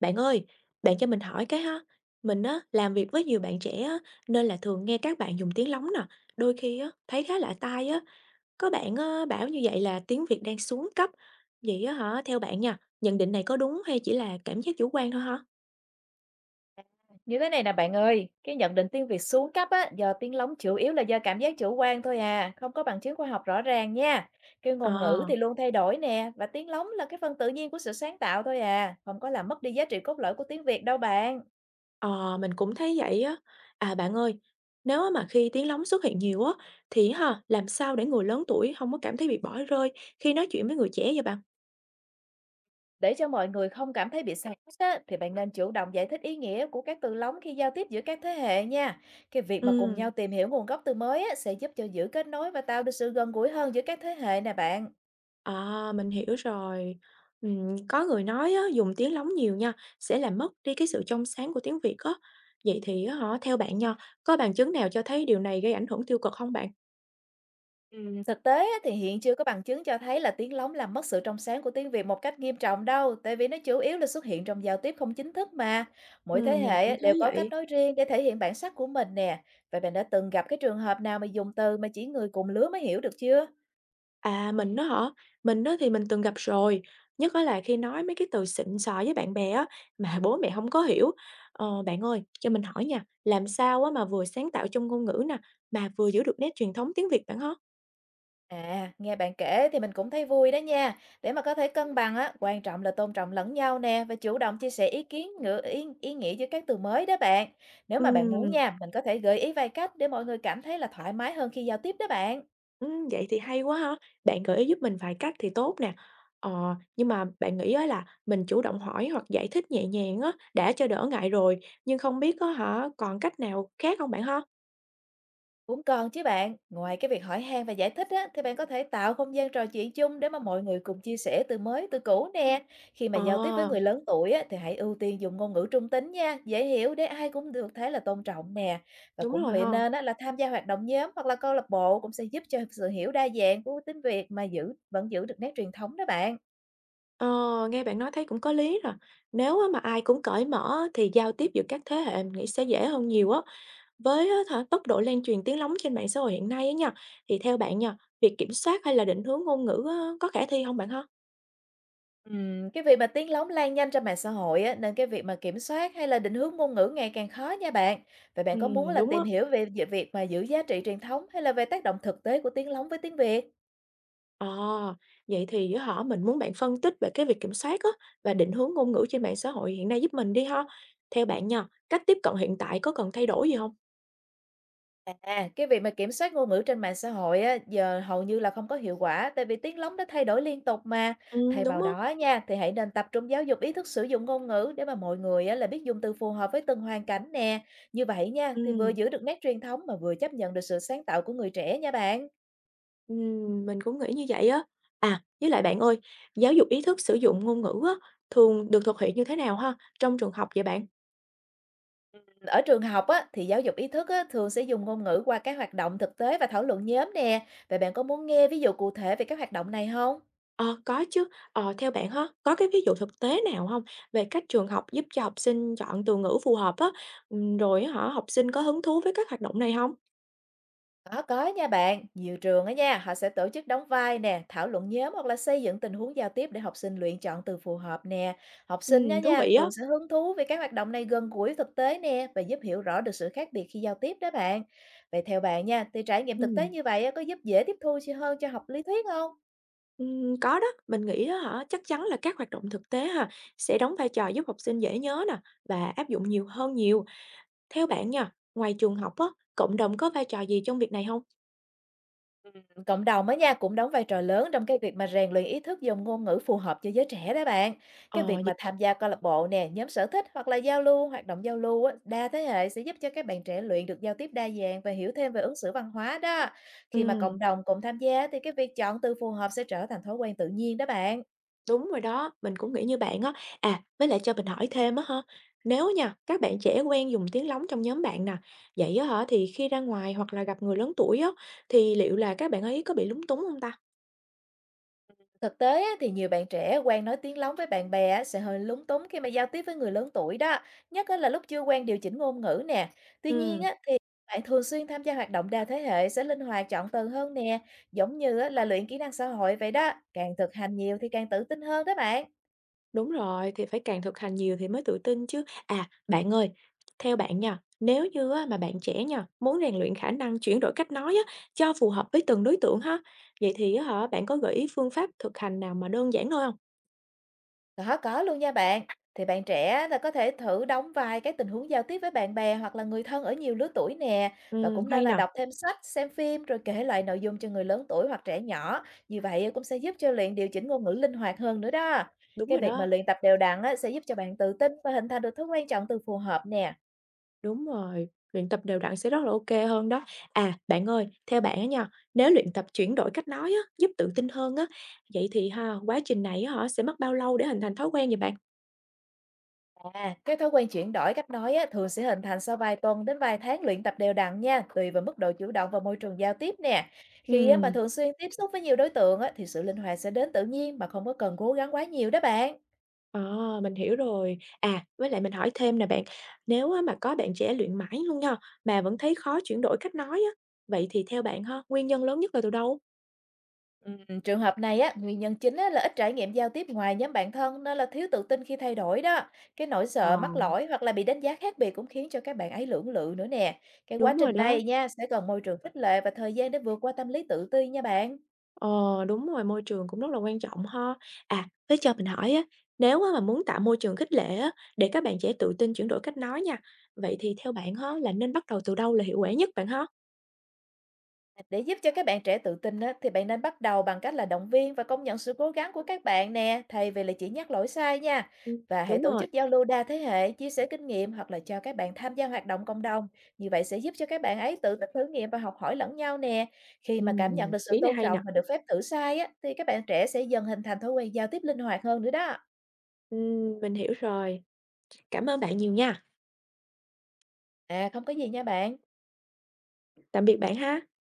Bạn ơi, bạn cho mình hỏi cái ha, mình á làm việc với nhiều bạn trẻ á, nên là thường nghe các bạn dùng tiếng lóng nè, đôi khi á thấy khá lạ tai á, có bạn á, bảo như vậy là tiếng Việt đang xuống cấp. Vậy á hả, theo bạn nha, nhận định này có đúng hay chỉ là cảm giác chủ quan thôi hả? Như thế này nè bạn ơi, cái nhận định tiếng Việt xuống cấp á, do tiếng lóng chủ yếu là do cảm giác chủ quan thôi à, không có bằng chứng khoa học rõ ràng nha. Cái ngôn ngữ Ờ, thì luôn thay đổi nè, và tiếng lóng là cái phần tự nhiên của sự sáng tạo thôi à, không có làm mất đi giá trị cốt lõi của tiếng Việt đâu bạn. ờ mình cũng thấy vậy á. À bạn ơi, nếu á mà khi tiếng lóng xuất hiện nhiều á thì ha, làm sao để người lớn tuổi không có cảm thấy bị bỏ rơi khi nói chuyện với người trẻ vậy bạn? Để cho mọi người không cảm thấy bị xa cách á, thì bạn nên chủ động giải thích ý nghĩa của các từ lóng khi giao tiếp giữa các thế hệ nha. Cái việc mà cùng Ừ. nhau tìm hiểu nguồn gốc từ mới á, sẽ giúp cho giữ kết nối và tạo được sự gần gũi hơn giữa các thế hệ nè bạn. À, mình hiểu rồi. Có người nói á, dùng tiếng lóng nhiều nha, sẽ làm mất đi cái sự trong sáng của tiếng Việt á. Vậy thì á hả, theo bạn nha, có bằng chứng nào cho thấy điều này gây ảnh hưởng tiêu cực không bạn? Thực tế á, thì hiện chưa có bằng chứng cho thấy là tiếng lóng làm mất sự trong sáng của tiếng Việt một cách nghiêm trọng đâu, tại vì nó chủ yếu là xuất hiện trong giao tiếp không chính thức mà. Mỗi thế Mình hệ cũng á, thấy đều có cách vậy. nói riêng để thể hiện bản sắc của mình nè. Vậy bạn đã từng gặp cái trường hợp nào mà dùng từ mà chỉ người cùng lứa mới hiểu được chưa? À, mình đó hả? Mình đó thì mình từng gặp rồi, nhất á là khi nói mấy cái từ xịn sò với bạn bè á, mà bố mẹ không có hiểu. Ờ, bạn ơi, cho mình hỏi nha, làm sao á mà vừa sáng tạo trong ngôn ngữ nè, mà vừa giữ được nét truyền thống tiếng Việt bạn hả? À, nghe bạn kể thì mình cũng thấy vui đó nha. Để mà có thể cân bằng á, quan trọng là tôn trọng lẫn nhau nè và chủ động chia sẻ ý kiến, ngữ ý, ý nghĩa với các từ mới đó bạn. Nếu mà bạn muốn nha, mình có thể gợi ý vài cách để mọi người cảm thấy là thoải mái hơn khi giao tiếp đó bạn. Vậy thì hay quá ha. Bạn gợi ý giúp mình vài cách thì tốt nè. Ờ, nhưng mà bạn nghĩ á là mình chủ động hỏi hoặc giải thích nhẹ nhàng á, đã cho đỡ ngại rồi, nhưng không biết á hả, còn cách nào khác không bạn ha? Cũng còn chứ bạn, ngoài cái việc hỏi han và giải thích á, thì bạn có thể tạo không gian trò chuyện chung để mà mọi người cùng chia sẻ từ mới từ cũ nè. Khi mà Ờ, giao tiếp với người lớn tuổi á, thì hãy ưu tiên dùng ngôn ngữ trung tính nha, dễ hiểu để ai cũng được thấy là tôn trọng nè. Và đúng cũng rồi vậy ha. nên á, là tham gia hoạt động nhóm hoặc là câu lạc bộ cũng sẽ giúp cho sự hiểu đa dạng của tiếng Việt mà vẫn giữ được nét truyền thống đó bạn. Ờ, nghe bạn nói thấy cũng có lý rồi. Nếu á mà ai cũng cởi mở á, thì giao tiếp giữa các thế hệ mình nghĩ sẽ dễ hơn nhiều á. Với á hả, tốc độ lan truyền tiếng lóng trên mạng xã hội hiện nay á nha, thì theo bạn nha, việc kiểm soát hay là định hướng ngôn ngữ á, có khả thi không bạn ha? Cái việc mà tiếng lóng lan nhanh trên mạng xã hội á, nên cái việc mà kiểm soát hay là định hướng ngôn ngữ ngày càng khó nha bạn. Vậy bạn có muốn là Đúng á. tìm hiểu về việc mà giữ giá trị truyền thống hay là về tác động thực tế của tiếng lóng với tiếng Việt? Ờ, vậy thì á hả, mình muốn bạn phân tích về cái việc kiểm soát á, và định hướng ngôn ngữ trên mạng xã hội hiện nay giúp mình đi ha. Theo bạn nha, cách tiếp cận hiện tại có cần thay đổi gì không? À, cái việc mà kiểm soát ngôn ngữ trên mạng xã hội á, giờ hầu như là không có hiệu quả tại vì tiếng lóng đã thay đổi liên tục mà. Thay vào Đúng á, đó nha, thì hãy nên tập trung giáo dục ý thức sử dụng ngôn ngữ để mà mọi người á, là biết dùng từ phù hợp với từng hoàn cảnh nè. Như vậy nha, thì vừa ừm, giữ được nét truyền thống mà vừa chấp nhận được sự sáng tạo của người trẻ nha bạn. ừm, mình cũng nghĩ như vậy á. À, với lại bạn ơi, giáo dục ý thức sử dụng ngôn ngữ á, thường được thực hiện như thế nào ha, trong trường học vậy bạn? Ở trường học á, thì giáo dục ý thức á, thường sẽ dùng ngôn ngữ qua các hoạt động thực tế và thảo luận nhóm nè. Vậy bạn có muốn nghe ví dụ cụ thể về các hoạt động này không? Ờ, có chứ, ờ, theo bạn ha, có cái ví dụ thực tế nào không về cách trường học giúp cho học sinh chọn từ ngữ phù hợp á, rồi á hả, học sinh có hứng thú với các hoạt động này không? Có nha bạn. Nhiều trường á nha, họ sẽ tổ chức đóng vai nè, thảo luận nhóm hoặc là xây dựng tình huống giao tiếp để học sinh luyện chọn từ phù hợp nè. Học sinh nha Thú nha, vị á. thường sẽ hứng thú với các hoạt động này gần gũi thực tế nè và giúp hiểu rõ được sự khác biệt khi giao tiếp đó bạn. Vậy theo bạn nha, thì trải nghiệm thực tế Ừm, như vậy á, có giúp dễ tiếp thu hơn cho học lý thuyết không? ừm, có đó, mình nghĩ đó hả, chắc chắn là các hoạt động thực tế ha, sẽ đóng vai trò giúp học sinh dễ nhớ nè và áp dụng nhiều hơn nhiều. Theo bạn nha, ngoài trường học á, cộng đồng có vai trò gì trong việc này không? Cộng đồng á nha cũng đóng vai trò lớn trong cái việc mà rèn luyện ý thức dùng ngôn ngữ phù hợp cho giới trẻ đó bạn. Cái Ờ, việc vậy mà tham gia câu lạc bộ nè, nhóm sở thích hoặc là giao lưu, hoạt động giao lưu á, đa thế hệ sẽ giúp cho các bạn trẻ luyện được giao tiếp đa dạng và hiểu thêm về ứng xử văn hóa đó. Khi mà ừm, cộng đồng cùng tham gia thì cái việc chọn từ phù hợp sẽ trở thành thói quen tự nhiên đó bạn. đúng rồi đó, mình cũng nghĩ như bạn á. À, với lại cho mình hỏi thêm á ha, nếu nha, các bạn trẻ quen dùng tiếng lóng trong nhóm bạn nè, vậy á hả, thì khi ra ngoài hoặc là gặp người lớn tuổi á, thì liệu là các bạn ấy có bị lúng túng không ta? Thực tế á, thì nhiều bạn trẻ quen nói tiếng lóng với bạn bè á, sẽ hơi lúng túng khi mà giao tiếp với người lớn tuổi đó, nhất á là lúc chưa quen điều chỉnh ngôn ngữ nè. Tuy nhiên Ừm. á, thì bạn thường xuyên tham gia hoạt động đa thế hệ sẽ linh hoạt chọn từ hơn nè, giống như á, là luyện kỹ năng xã hội vậy đó, càng thực hành nhiều thì càng tự tin hơn đó bạn. Đúng rồi, thì phải càng thực hành nhiều thì mới tự tin chứ. À, bạn ơi, theo bạn nha, nếu như á, mà bạn trẻ nha, muốn rèn luyện khả năng chuyển đổi cách nói á, cho phù hợp với từng đối tượng ha, vậy thì á hả, bạn có gợi ý phương pháp thực hành nào mà đơn giản thôi không? Có luôn nha bạn. Thì bạn trẻ á là có thể thử đóng vai các tình huống giao tiếp với bạn bè hoặc là người thân ở nhiều lứa tuổi nè. Và cũng nên Hay là nè, đọc thêm sách, xem phim rồi kể lại nội dung cho người lớn tuổi hoặc trẻ nhỏ. Như vậy cũng sẽ giúp cho luyện điều chỉnh ngôn ngữ linh hoạt hơn nữa đó. đúng Cái rồi việc mà đó, luyện tập đều đặn á, sẽ giúp cho bạn tự tin và hình thành được thói quen chọn từ phù hợp nè. đúng rồi, luyện tập đều đặn sẽ rất là ok hơn đó. À, bạn ơi, theo bạn á nha, nếu luyện tập chuyển đổi cách nói á, giúp tự tin hơn á, vậy thì ha, quá trình này á hả, sẽ mất bao lâu để hình thành thói quen vậy bạn? À, cái thói quen chuyển đổi cách nói á, thường sẽ hình thành sau vài tuần đến vài tháng luyện tập đều đặn nha, tùy vào mức độ chủ động và môi trường giao tiếp nè. Khi á, mà Ừm. thường xuyên tiếp xúc với nhiều đối tượng á, thì sự linh hoạt sẽ đến tự nhiên mà không có cần cố gắng quá nhiều đó bạn. À, mình hiểu rồi. À, với lại mình hỏi thêm nè bạn, nếu á mà có bạn trẻ luyện mãi luôn nha, mà vẫn thấy khó chuyển đổi cách nói á, vậy thì theo bạn ha, nguyên nhân lớn nhất là từ đâu? Trường hợp này á, nguyên nhân chính á, là ít trải nghiệm giao tiếp ngoài nhóm bạn thân nên là thiếu tự tin khi thay đổi đó. Cái nỗi Ờ, sợ mắc lỗi hoặc là bị đánh giá khác biệt cũng khiến cho các bạn ấy lưỡng lự nữa nè. Cái quá đúng rồi trình đó. này nha sẽ cần môi trường khích lệ và thời gian để vượt qua tâm lý tự ti nha bạn. Ờ, đúng rồi, môi trường cũng rất là quan trọng ha. À, thế cho mình hỏi á, nếu á mà muốn tạo môi trường khích lệ á, để các bạn trẻ tự tin chuyển đổi cách nói nha, vậy thì theo bạn ha, là nên bắt đầu từ đâu là hiệu quả nhất bạn ha? Để giúp cho các bạn trẻ tự tin á, thì bạn nên bắt đầu bằng cách là động viên và công nhận sự cố gắng của các bạn nè, thay vì là chỉ nhắc lỗi sai nha. Ừ, Và hãy đúng tổ rồi. chức giao lưu đa thế hệ, chia sẻ kinh nghiệm hoặc là cho các bạn tham gia hoạt động cộng đồng. Như vậy sẽ giúp cho các bạn ấy tự thử nghiệm và học hỏi lẫn nhau nè. Khi Ừ, mà cảm nhận được sự ý này tôn hay trọng nè. và được phép thử sai á, thì các bạn trẻ sẽ dần hình thành thói quen giao tiếp linh hoạt hơn nữa đó. Ừ, mình hiểu rồi. Cảm ơn bạn nhiều nha. À không có gì nha bạn. Tạm biệt bạn ha.